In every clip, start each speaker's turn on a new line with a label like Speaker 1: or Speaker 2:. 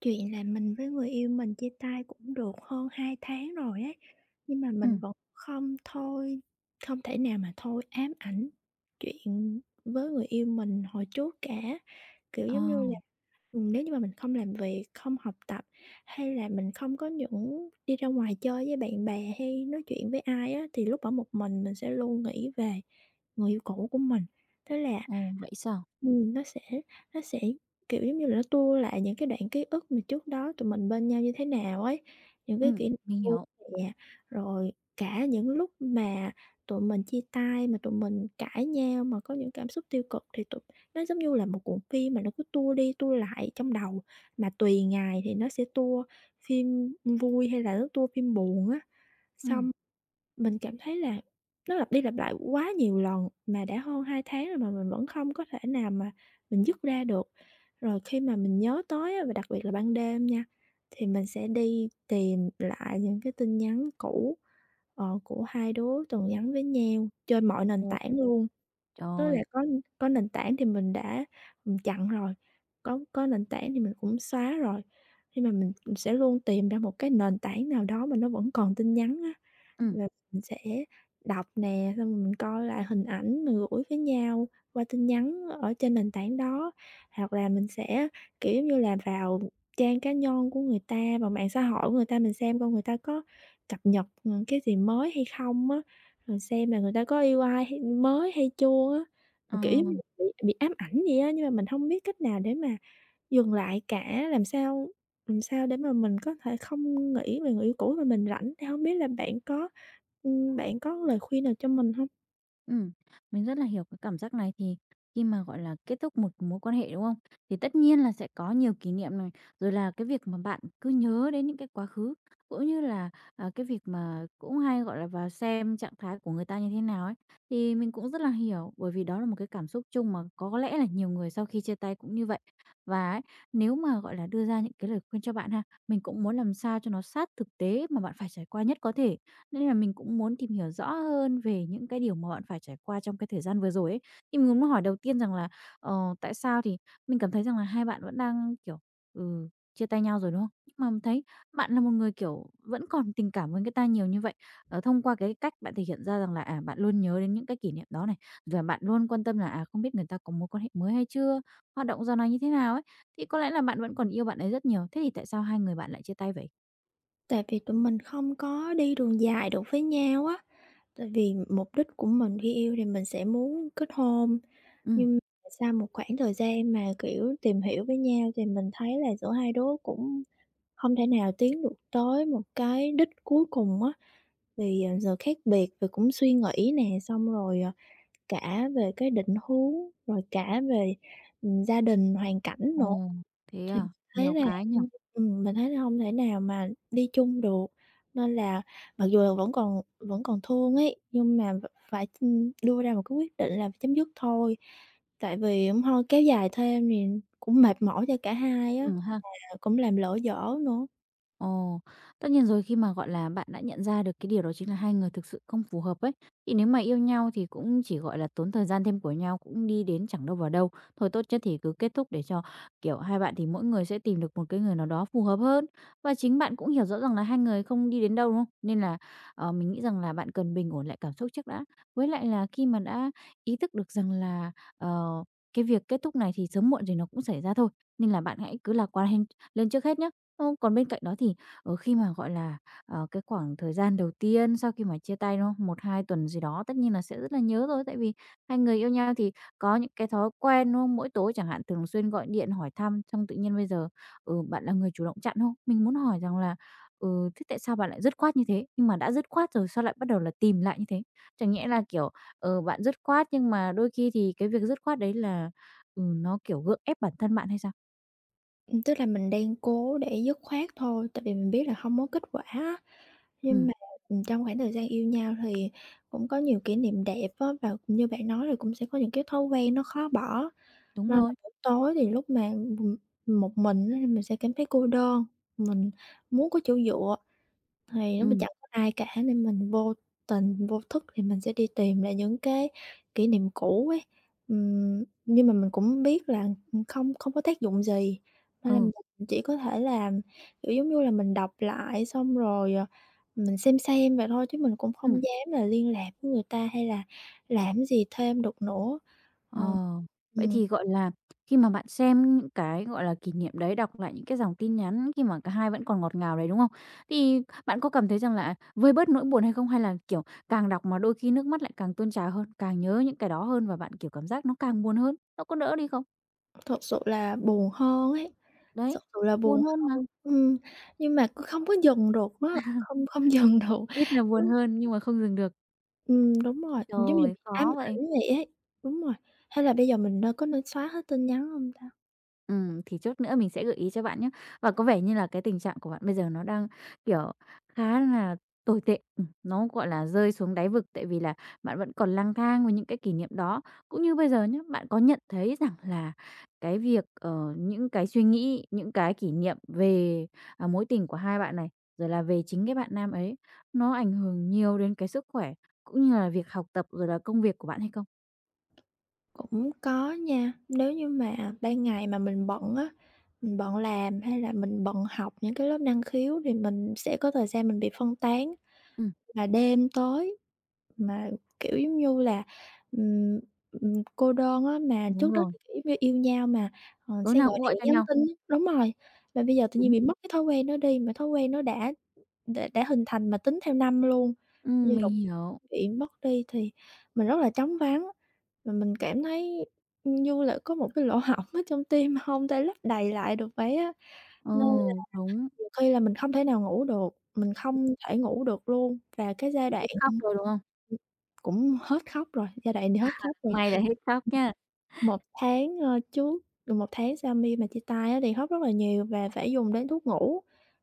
Speaker 1: Chuyện là mình với người yêu mình chia tay cũng được hơn 2 tháng rồi ấy, nhưng mà mình
Speaker 2: Ừm.
Speaker 1: vẫn không thể nào mà thôi ám ảnh chuyện với người yêu mình hồi trước cả. Kiểu,
Speaker 2: Ờ.
Speaker 1: giống như là, nếu như mà mình không làm việc, không học tập, hay là mình không có những đi ra ngoài chơi với bạn bè hay nói chuyện với ai á, thì lúc ở một mình sẽ luôn nghĩ về người yêu cũ của mình. Thế là
Speaker 2: Ồ, vậy sao?
Speaker 1: Ừm, nó sẽ nó sẽ, kiểu, giống như là, nó tua lại những cái đoạn ký ức mà trước đó tụi mình bên nhau như thế nào ấy, những cái
Speaker 2: Mình
Speaker 1: vui
Speaker 2: hiểu.
Speaker 1: nè, rồi cả những lúc mà tụi mình chia tay, mà tụi mình cãi nhau, mà có những cảm xúc tiêu cực thì nó giống như là một cuộn phim mà nó cứ tua đi tua lại trong đầu, mà tùy ngày thì nó sẽ tua phim vui hay là nó tua phim buồn á,
Speaker 2: Ừm.
Speaker 1: xong mình cảm thấy là nó lặp đi lặp lại quá nhiều lần, mà đã hơn 2 tháng rồi mà mình vẫn không có thể nào mà mình dứt ra được. Rồi khi mà mình nhớ tới á, và đặc biệt là ban đêm nha, thì mình sẽ đi tìm lại những cái tin nhắn cũ, của hai đứa từng nhắn với nhau trên mọi nền
Speaker 2: Ồ,
Speaker 1: tảng luôn. Tức là
Speaker 2: trời!
Speaker 1: có nền tảng thì mình đã, chặn rồi, có nền tảng thì mình cũng xóa rồi, nhưng mà mình sẽ luôn tìm ra một cái nền tảng nào đó mà nó vẫn còn tin nhắn á,
Speaker 2: Ừm.
Speaker 1: và mình sẽ đọc nè, xong rồi mình coi lại hình ảnh mình gửi với nhau qua tin nhắn ở trên nền tảng đó, hoặc là mình sẽ, kiểu, giống như là, vào trang cá nhân của người ta, vào mạng xã hội của người ta mình xem coi người ta có cập nhật, cái gì mới hay không á, rồi xem là người ta có yêu ai hay mới hay chưa á.
Speaker 2: Ờ.
Speaker 1: Mà, kiểu, giống như bị ám ảnh gì á, nhưng mà mình không biết cách nào để mà dừng lại cả, làm sao để mà mình có thể không nghĩ về người yêu cũ mà mình rảnh, thì hông biết là bạn có lời khuyên nào cho mình hông?
Speaker 2: Ừm, mình rất là hiểu cái cảm giác này. Thì khi mà, gọi là, kết thúc một mối quan hệ, đúng không? Thì tất nhiên là sẽ có nhiều kỷ niệm này, rồi là cái việc mà bạn cứ nhớ đến những cái quá khứ, cũng như là, à, cái việc mà cũng hay, gọi là, vào xem trạng thái của người ta như thế nào ấy. Thì mình cũng rất là hiểu, bởi vì đó là một cái cảm xúc chung mà có lẽ là nhiều người sau khi chia tay cũng như vậy. Và ấy, nếu mà, gọi là, đưa ra những cái lời khuyên cho bạn ha, mình cũng muốn làm sao cho nó sát thực tế mà bạn phải trải qua nhất có thể. Nên là mình cũng muốn tìm hiểu rõ hơn về những cái điều mà bạn phải trải qua trong cái thời gian vừa rồi ấy. Thì mình muốn hỏi đầu tiên rằng là, ờ, tại sao thì mình cảm thấy rằng là hai bạn vẫn đang, kiểu, ừ, chia tay nhau rồi, đúng không? Nhưng mà mình thấy bạn là một người, kiểu, vẫn còn tình cảm với người ta nhiều như vậy, ờ, thông qua cái cách bạn thể hiện ra rằng là, à, bạn luôn nhớ đến những cái kỷ niệm đó này, và bạn luôn quan tâm là, à, không biết người ta có mối quan hệ mới hay chưa, hoạt động dạo này như thế nào ấy, thì có lẽ là bạn vẫn còn yêu bạn ấy rất nhiều. Thế thì tại sao hai người bạn lại chia tay vậy?
Speaker 1: Tại vì tụi mình không có đi đường dài được với nhau á, tại vì mục đích của mình khi yêu thì mình sẽ muốn kết hôn,
Speaker 2: Ừ.
Speaker 1: nhưng mà sau một khoảng thời gian mà, kiểu, tìm hiểu với nhau thì mình thấy là giữa hai đứa cũng hông thể nào tiến được tới một cái đích cuối cùng á. Vì, giờ khác biệt về cũng suy nghĩ nè, xong rồi, cả về cái định hướng, rồi cả về, gia đình, hoàn cảnh nữa,
Speaker 2: Ồ, thế
Speaker 1: thì
Speaker 2: à?
Speaker 1: thấy
Speaker 2: Nhiều
Speaker 1: là
Speaker 2: cái nhỉ?
Speaker 1: ưm, mình thấy là hông thể nào mà đi chung được. Nên là mặc dù là vẫn còn thương ấy, nhưng mà phải, đưa ra một cái quyết định là phải chấm dứt thôi, tại vì hông thôi kéo dài thêm thì cũng mệt mỏi cho cả hai á,
Speaker 2: Ừ ha.
Speaker 1: à, cũng làm lỡ dở nữa.
Speaker 2: Ồ, tất nhiên rồi khi mà, gọi là, bạn đã nhận ra được cái điều đó chính là hai người thực sự không phù hợp ấy, thì nếu mà yêu nhau thì cũng chỉ, gọi là, tốn thời gian thêm của nhau, cũng đi đến chẳng đâu vào đâu. Thôi tốt nhất thì cứ kết thúc để cho, kiểu, hai bạn thì mỗi người sẽ tìm được một cái người nào đó phù hợp hơn. Và chính bạn cũng hiểu rõ rằng là hai người không đi đến đâu, đúng không? Nên là, ờ, mình nghĩ rằng là bạn cần bình ổn lại cảm xúc trước đã. Với lại là khi mà đã ý thức được rằng là, ờ, cái việc kết thúc này thì sớm muộn gì nó cũng xảy ra thôi, nên là bạn hãy cứ lạc quan lên trước hết nhé. Ồ, còn bên cạnh đó thì, ờ, khi mà, gọi là, ờ, cái khoảng thời gian đầu tiên sau khi mà chia tay, đúng không? Một 2 tuần gì đó tất nhiên là sẽ rất là nhớ rồi, tại vì hai người yêu nhau thì có những cái thói quen, đúng không? Mỗi tối chẳng hạn thường xuyên gọi điện hỏi thăm, xong tự nhiên bây giờ, ừ, bạn là người chủ động chặn không? Mình muốn hỏi rằng là, ừ, thế tại sao bạn lại dứt khoát như thế? Nhưng mà đã dứt khoát rồi sao lại bắt đầu là tìm lại như thế? Chẳng nhẽ là, kiểu, ờ, bạn dứt khoát nhưng mà đôi khi thì cái việc dứt khoát đấy là, ừ, nó, kiểu, gượng ép bản thân bạn hay sao?
Speaker 1: Tức là mình đang cố để dứt khoát thôi, tại vì mình biết là hông có kết quả á. Nhưng
Speaker 2: Ừm,
Speaker 1: mà, trong khoảng thời gian yêu nhau thì cũng có nhiều kỷ niệm đẹp á, và như bạn nói là cũng sẽ có những cái thói quen nó khó bỏ.
Speaker 2: đúng
Speaker 1: Nên là
Speaker 2: rồi,
Speaker 1: buổi tối thì lúc mà, ừm, một mình á thì mình sẽ cảm thấy cô đơn, mình muốn có chỗ dựa. Thì lúc
Speaker 2: ừ
Speaker 1: đó chẳng có ai cả nên mình vô tình, vô thức thì mình sẽ đi tìm lại những cái kỷ niệm cũ ấy. Nhưng mà mình cũng biết là không không có tác dụng gì, nên là
Speaker 2: ừ.
Speaker 1: mình chỉ có thể là, kiểu, giống như là, mình đọc lại xong rồi, mình xem vậy thôi chứ mình cũng không
Speaker 2: Ừm,
Speaker 1: dám là liên lạc với người ta hay là làm gì thêm được nữa. Ờ,
Speaker 2: ờ, vậy
Speaker 1: ừm.
Speaker 2: thì, gọi là, khi mà bạn xem những cái, gọi là, kỷ niệm đấy, đọc lại những cái dòng tin nhắn khi mà cả hai vẫn còn ngọt ngào đấy, đúng không? Thì bạn có cảm thấy rằng là vơi bớt nỗi buồn hay không? Hay là, kiểu, càng đọc mà đôi khi nước mắt lại càng tuôn trào hơn, càng nhớ những cái đó hơn và bạn, kiểu, cảm giác nó càng buồn hơn, nó có đỡ đi không?
Speaker 1: Thật sự là buồn hơn ấy, thật
Speaker 2: Đấy,
Speaker 1: sự là buồn
Speaker 2: buồn hơn mà,
Speaker 1: hơn. Nhưng mà cứ không có dừng được á, không không dừng được.
Speaker 2: biết là buồn
Speaker 1: Đúng,
Speaker 2: hơn nhưng mà không dừng được.
Speaker 1: đúng rồi, giống như
Speaker 2: Trời,
Speaker 1: bị ám
Speaker 2: khó vậy!
Speaker 1: ảnh vậy ấy. Đúng rồi, hay là bây giờ mình có nên xóa hết tin nhắn hông ta?
Speaker 2: Ừ thì chút nữa mình sẽ gợi ý cho bạn nhé. Và có vẻ như là cái tình trạng của bạn bây giờ nó đang, kiểu, khá là tồi tệ, nó, gọi là, rơi xuống đáy vực, tại vì là bạn vẫn còn lang thang với những cái kỷ niệm đó. Cũng như bây giờ nhé bạn có nhận thấy rằng là cái việc, ờ, những cái suy nghĩ, những cái kỷ niệm về, à, mối tình của hai bạn này, rồi là về chính cái bạn nam ấy, nó ảnh hưởng nhiều đến cái sức khỏe, cũng như là việc học tập, rồi là công việc của bạn hay không?
Speaker 1: Cũng có nha, nếu như mà ban ngày mà mình bận á, mình bận làm hay là mình bận học những cái lớp năng khiếu thì mình sẽ có thời gian mình bị phân tán,
Speaker 2: Ừm,
Speaker 1: và đêm tối. Mà, kiểu, giống như là, ừm, cô đơn á, mà trước
Speaker 2: đúng
Speaker 1: đó
Speaker 2: rồi,
Speaker 1: thì, kiểu, giống như yêu nhau mà,
Speaker 2: tối
Speaker 1: sẽ
Speaker 2: nào
Speaker 1: gọi
Speaker 2: cũng gọi
Speaker 1: điện,
Speaker 2: cho
Speaker 1: nhắn
Speaker 2: nhau.
Speaker 1: tin á, đúng rồi, mà bây giờ tự nhiên
Speaker 2: Đúng,
Speaker 1: bị mất cái thói quen đó đi, mà thói quen nó đã hình thành mà tính theo năm luôn, bây giờ
Speaker 2: mình
Speaker 1: đột
Speaker 2: hiểu.
Speaker 1: nhiên bị mất đi thì mình rất là trống vắng, và mình cảm thấy như là có một cái lỗ hổng ở trong tim mà không thể lấp đầy lại được vậy á,
Speaker 2: Ừ,
Speaker 1: nên
Speaker 2: đúng,
Speaker 1: nhiều khi là mình không thể nào ngủ được, mình không thể ngủ được luôn, và cái giai
Speaker 2: chỉ
Speaker 1: đoạn
Speaker 2: biết khóc thôi, đúng không?
Speaker 1: cũng hết khóc rồi, giai đoạn thì hết khóc rồi.
Speaker 2: May là hết khóc
Speaker 1: Ừm.
Speaker 2: nha.
Speaker 1: 1 tháng, trước gần 1 tháng sau mà chia tay á thì khóc rất là nhiều và phải dùng đến thuốc ngủ,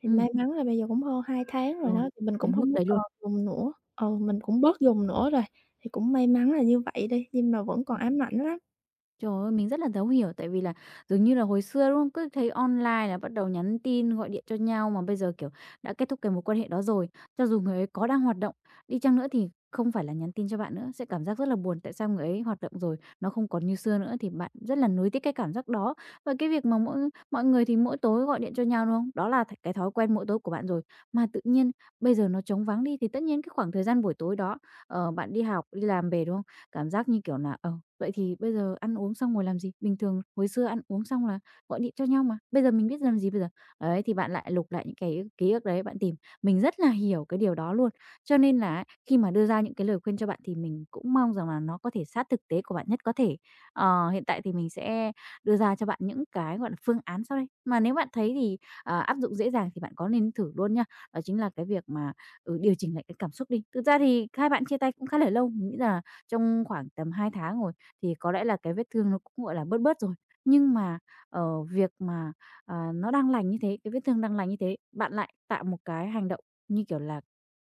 Speaker 1: thì
Speaker 2: Ừ
Speaker 1: may mắn là bây giờ cũng hơn 2 tháng rồi
Speaker 2: rồi,
Speaker 1: đó, thì mình cũng
Speaker 2: đến mức
Speaker 1: hông có
Speaker 2: đấy luôn.
Speaker 1: còn dùng nữa, ừ, mình cũng bớt dùng nữa rồi, thì cũng may mắn là như vậy đi, nhưng mà vẫn còn ám ảnh lắm.
Speaker 2: Trời ơi, mình rất là thấu hiểu tại vì là dường như là hồi xưa, đúng không? Cứ thấy online là bắt đầu nhắn tin, gọi điện cho nhau mà bây giờ, kiểu, đã kết thúc cái mối quan hệ đó rồi, cho dù người ấy có đang hoạt động đi chăng nữa thì không phải là nhắn tin cho bạn nữa, sẽ cảm giác rất là buồn. Tại sao người ấy hoạt động rồi, nó không còn như xưa nữa thì bạn rất là nuối tiếc cái cảm giác đó. Và cái việc mà mỗi mọi người thì mỗi tối gọi điện cho nhau, đúng không? Đó là cái thói quen mỗi tối của bạn rồi, mà tự nhiên bây giờ nó trống vắng đi thì tất nhiên cái khoảng thời gian buổi tối đó, ờ, bạn đi học, đi làm về, đúng không? Cảm giác như kiểu là, ờ, vậy thì bây giờ ăn uống xong ngồi làm gì? Bình thường hồi xưa ăn uống xong là gọi điện cho nhau mà, bây giờ mình biết làm gì bây giờ? Đấy, thì bạn lại lục lại những cái ký ức đấy, bạn tìm. Mình rất là hiểu cái điều đó luôn. Cho nên là ấy, khi mà đưa ra những cái lời khuyên cho bạn thì mình cũng mong rằng là nó có thể sát thực tế của bạn nhất có thể. Ờ, hiện tại thì mình sẽ đưa ra cho bạn những cái, gọi là, phương án sau đây, mà nếu bạn thấy thì, ờ, áp dụng dễ dàng thì bạn có nên thử luôn nha. Đó chính là cái việc mà, ừ, điều chỉnh lại cái cảm xúc đi. Thực ra thì hai bạn chia tay cũng khá là lâu, mình nghĩ là trong khoảng tầm 2 tháng rồi, thì có lẽ là cái vết thương nó cũng, gọi là, bớt bớt rồi. Nhưng mà, ở việc mà, à, nó đang lành như thế, cái vết thương đang lành như thế, bạn lại tạo một cái hành động, như kiểu là,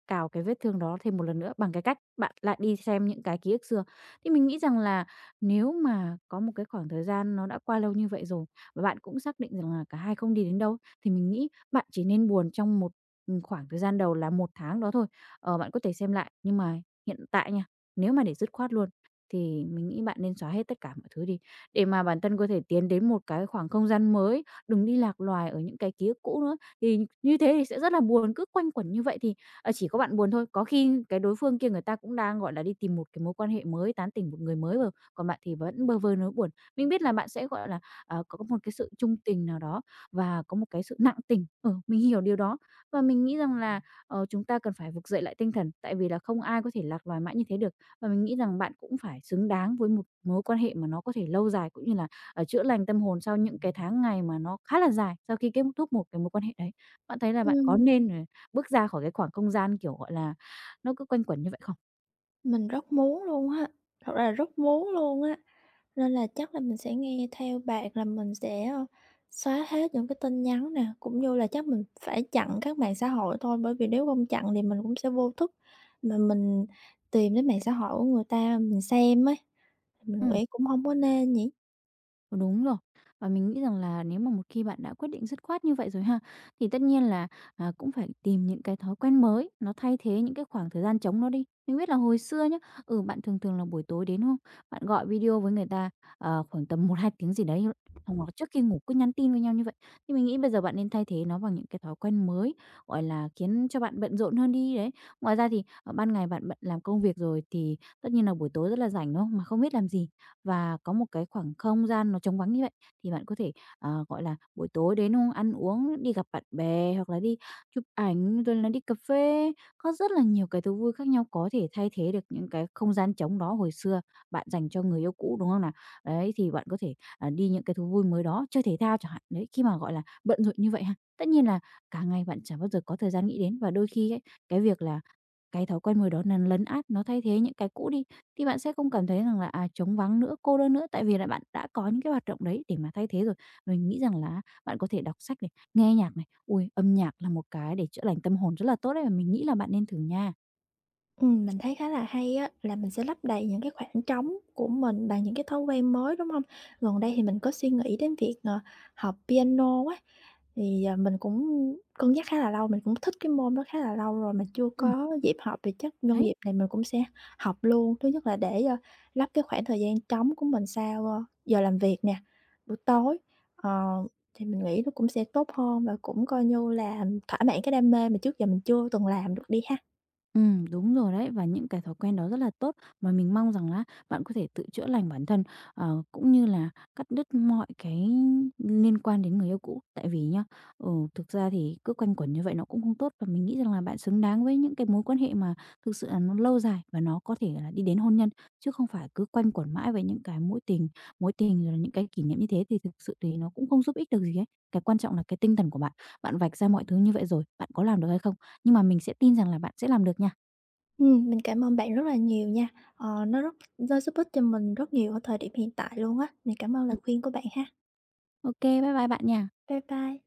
Speaker 2: cào cái vết thương đó thêm một lần nữa bằng cái cách bạn lại đi xem những cái ký ức xưa. Thì mình nghĩ rằng là nếu mà có một cái khoảng thời gian nó đã qua lâu như vậy rồi, và bạn cũng xác định rằng là cả hai không đi đến đâu, thì mình nghĩ bạn chỉ nên buồn trong một, khoảng thời gian đầu là một tháng đó thôi. Ờ, bạn có thể xem lại, nhưng mà hiện tại nha, nếu mà để dứt khoát luôn thì mình nghĩ bạn nên xóa hết tất cả mọi thứ đi, để mà bản thân có thể tiến đến một cái khoảng không gian mới, đừng đi lạc loài ở những cái ký ức cũ nữa. Thì như thế thì sẽ rất là buồn, cứ quanh quẩn như vậy thì, ờ, chỉ có bạn buồn thôi, có khi cái đối phương kia người ta cũng đang, gọi là, đi tìm một cái mối quan hệ mới, tán tỉnh một người mới rồi, còn bạn thì vẫn bơ vơ nỗi buồn. Mình biết là bạn sẽ, gọi là, ờ, có một cái sự trung tình nào đó và có một cái sự nặng tình, ừ, mình hiểu điều đó. Và mình nghĩ rằng là, ờ, chúng ta cần phải vực dậy lại tinh thần, tại vì là không ai có thể lạc loài mãi như thế được. Và mình nghĩ rằng bạn cũng phải xứng đáng với một mối quan hệ mà nó có thể lâu dài, cũng như là, ờ, chữa lành tâm hồn sau những cái tháng ngày mà nó khá là dài sau khi kết thúc một cái mối quan hệ đấy. Bạn thấy là bạn có
Speaker 1: Ừm.
Speaker 2: nên, ờ, bước ra khỏi cái khoảng không gian, kiểu, gọi là, nó cứ quanh quẩn như vậy không?
Speaker 1: Mình rất muốn luôn á, thật ra là rất muốn luôn á, nên là chắc là mình sẽ nghe theo bạn là mình sẽ, xóa hết những cái tin nhắn nè, cũng như là chắc mình phải chặn các mạng xã hội thôi, bởi vì nếu không chặn thì mình cũng sẽ vô thức mà mình tìm đến mạng xã hội của người ta mình xem ấy, mình
Speaker 2: Ừm.
Speaker 1: nghĩ cũng không có nên nhỉ?
Speaker 2: Ừ, đúng rồi. Và mình nghĩ rằng là nếu mà một khi bạn đã quyết định dứt khoát như vậy rồi ha, thì tất nhiên là, à, cũng phải tìm những cái thói quen mới, nó thay thế những cái khoảng thời gian trống nó đi. Mình biết là hồi xưa nhá, ừ, bạn thường thường là buổi tối đến, đúng không? Bạn gọi video với người ta, ờ, khoảng tầm một hai tiếng gì đấy, xong là trước khi ngủ cứ nhắn tin với nhau như vậy. Thì mình nghĩ bây giờ bạn nên thay thế nó bằng những cái thói quen mới, gọi là, khiến cho bạn bận rộn hơn đi, đấy. Ngoài ra thì, ờ, ban ngày bạn bận làm công việc rồi thì tất nhiên là buổi tối rất là rảnh, đúng không? Mà không biết làm gì, và có một cái khoảng không gian nó trống vắng như vậy, thì bạn có thể, ờ, gọi là, buổi tối đến, đúng không? Ăn uống, đi gặp bạn bè hoặc là đi chụp ảnh, rồi là đi cà phê, có rất là nhiều cái thú vui khác nhau có thể thay thế được những cái không gian trống đó hồi xưa bạn dành cho người yêu cũ, đúng không nào? Đấy, thì bạn có thể, à, đi những cái thú vui mới đó, chơi thể thao chẳng hạn. Đấy, khi mà, gọi là, bận rộn như vậy ha, tất nhiên là cả ngày bạn chả bao giờ có thời gian nghĩ đến và đôi khi ấy, cái việc là cái thói quen mới đó nó lấn át, nó thay thế những cái cũ đi, thì bạn sẽ không cảm thấy rằng là, à, trống vắng nữa, cô đơn nữa, tại vì là bạn đã có những cái hoạt động đấy để mà thay thế rồi. Mình nghĩ rằng là bạn có thể đọc sách này, nghe nhạc này. Ui, âm nhạc là một cái để chữa lành tâm hồn rất là tốt đấy, và mình nghĩ là bạn nên thử nha.
Speaker 1: Mình thấy khá là hay á, là mình sẽ lấp đầy những cái khoảng trống của mình bằng những cái thói quen mới, đúng không? Gần đây thì mình có suy nghĩ đến việc, học piano á, thì, mình cũng cân nhắc khá là lâu, mình cũng thích cái môn đó khá là lâu rồi mà chưa
Speaker 2: Ừm.
Speaker 1: có dịp học, thì chắc nhân
Speaker 2: Đấy.
Speaker 1: dịp này mình cũng sẽ học luôn. Thứ nhất là để, lấp cái khoảng thời gian trống của mình sau, giờ làm việc nè, buổi tối, ờ, thì mình nghĩ nó cũng sẽ tốt hơn và cũng coi như là thỏa mãn cái đam mê mà trước giờ mình chưa từng làm được đi ha.
Speaker 2: Đúng rồi đấy, và những cái thói quen đó rất là tốt mà mình mong rằng là bạn có thể tự chữa lành bản thân, ờ, cũng như là cắt đứt mọi cái liên quan đến người yêu cũ. Tại vì nhá, ừ, thực ra thì cứ quanh quẩn như vậy nó cũng không tốt và mình nghĩ rằng là bạn xứng đáng với những cái mối quan hệ mà thực sự là nó lâu dài và nó có thể là đi đến hôn nhân, chứ không phải cứ quanh quẩn mãi với những cái mối tình rồi là những cái kỷ niệm như thế thì thực sự thì nó cũng không giúp ích được gì ấy. Cái quan trọng là cái tinh thần của bạn, bạn vạch ra mọi thứ như vậy rồi, bạn có làm được hay không? Nhưng mà mình sẽ tin rằng là bạn sẽ làm được nha.
Speaker 1: Mình cảm ơn bạn rất là nhiều nha. Ờ, nó giúp ích cho mình rất nhiều ở thời điểm hiện tại luôn á. Mình cảm ơn lời
Speaker 2: Ừm.
Speaker 1: khuyên của bạn ha.
Speaker 2: Ô, bye bye bạn nha.
Speaker 1: Bye bye.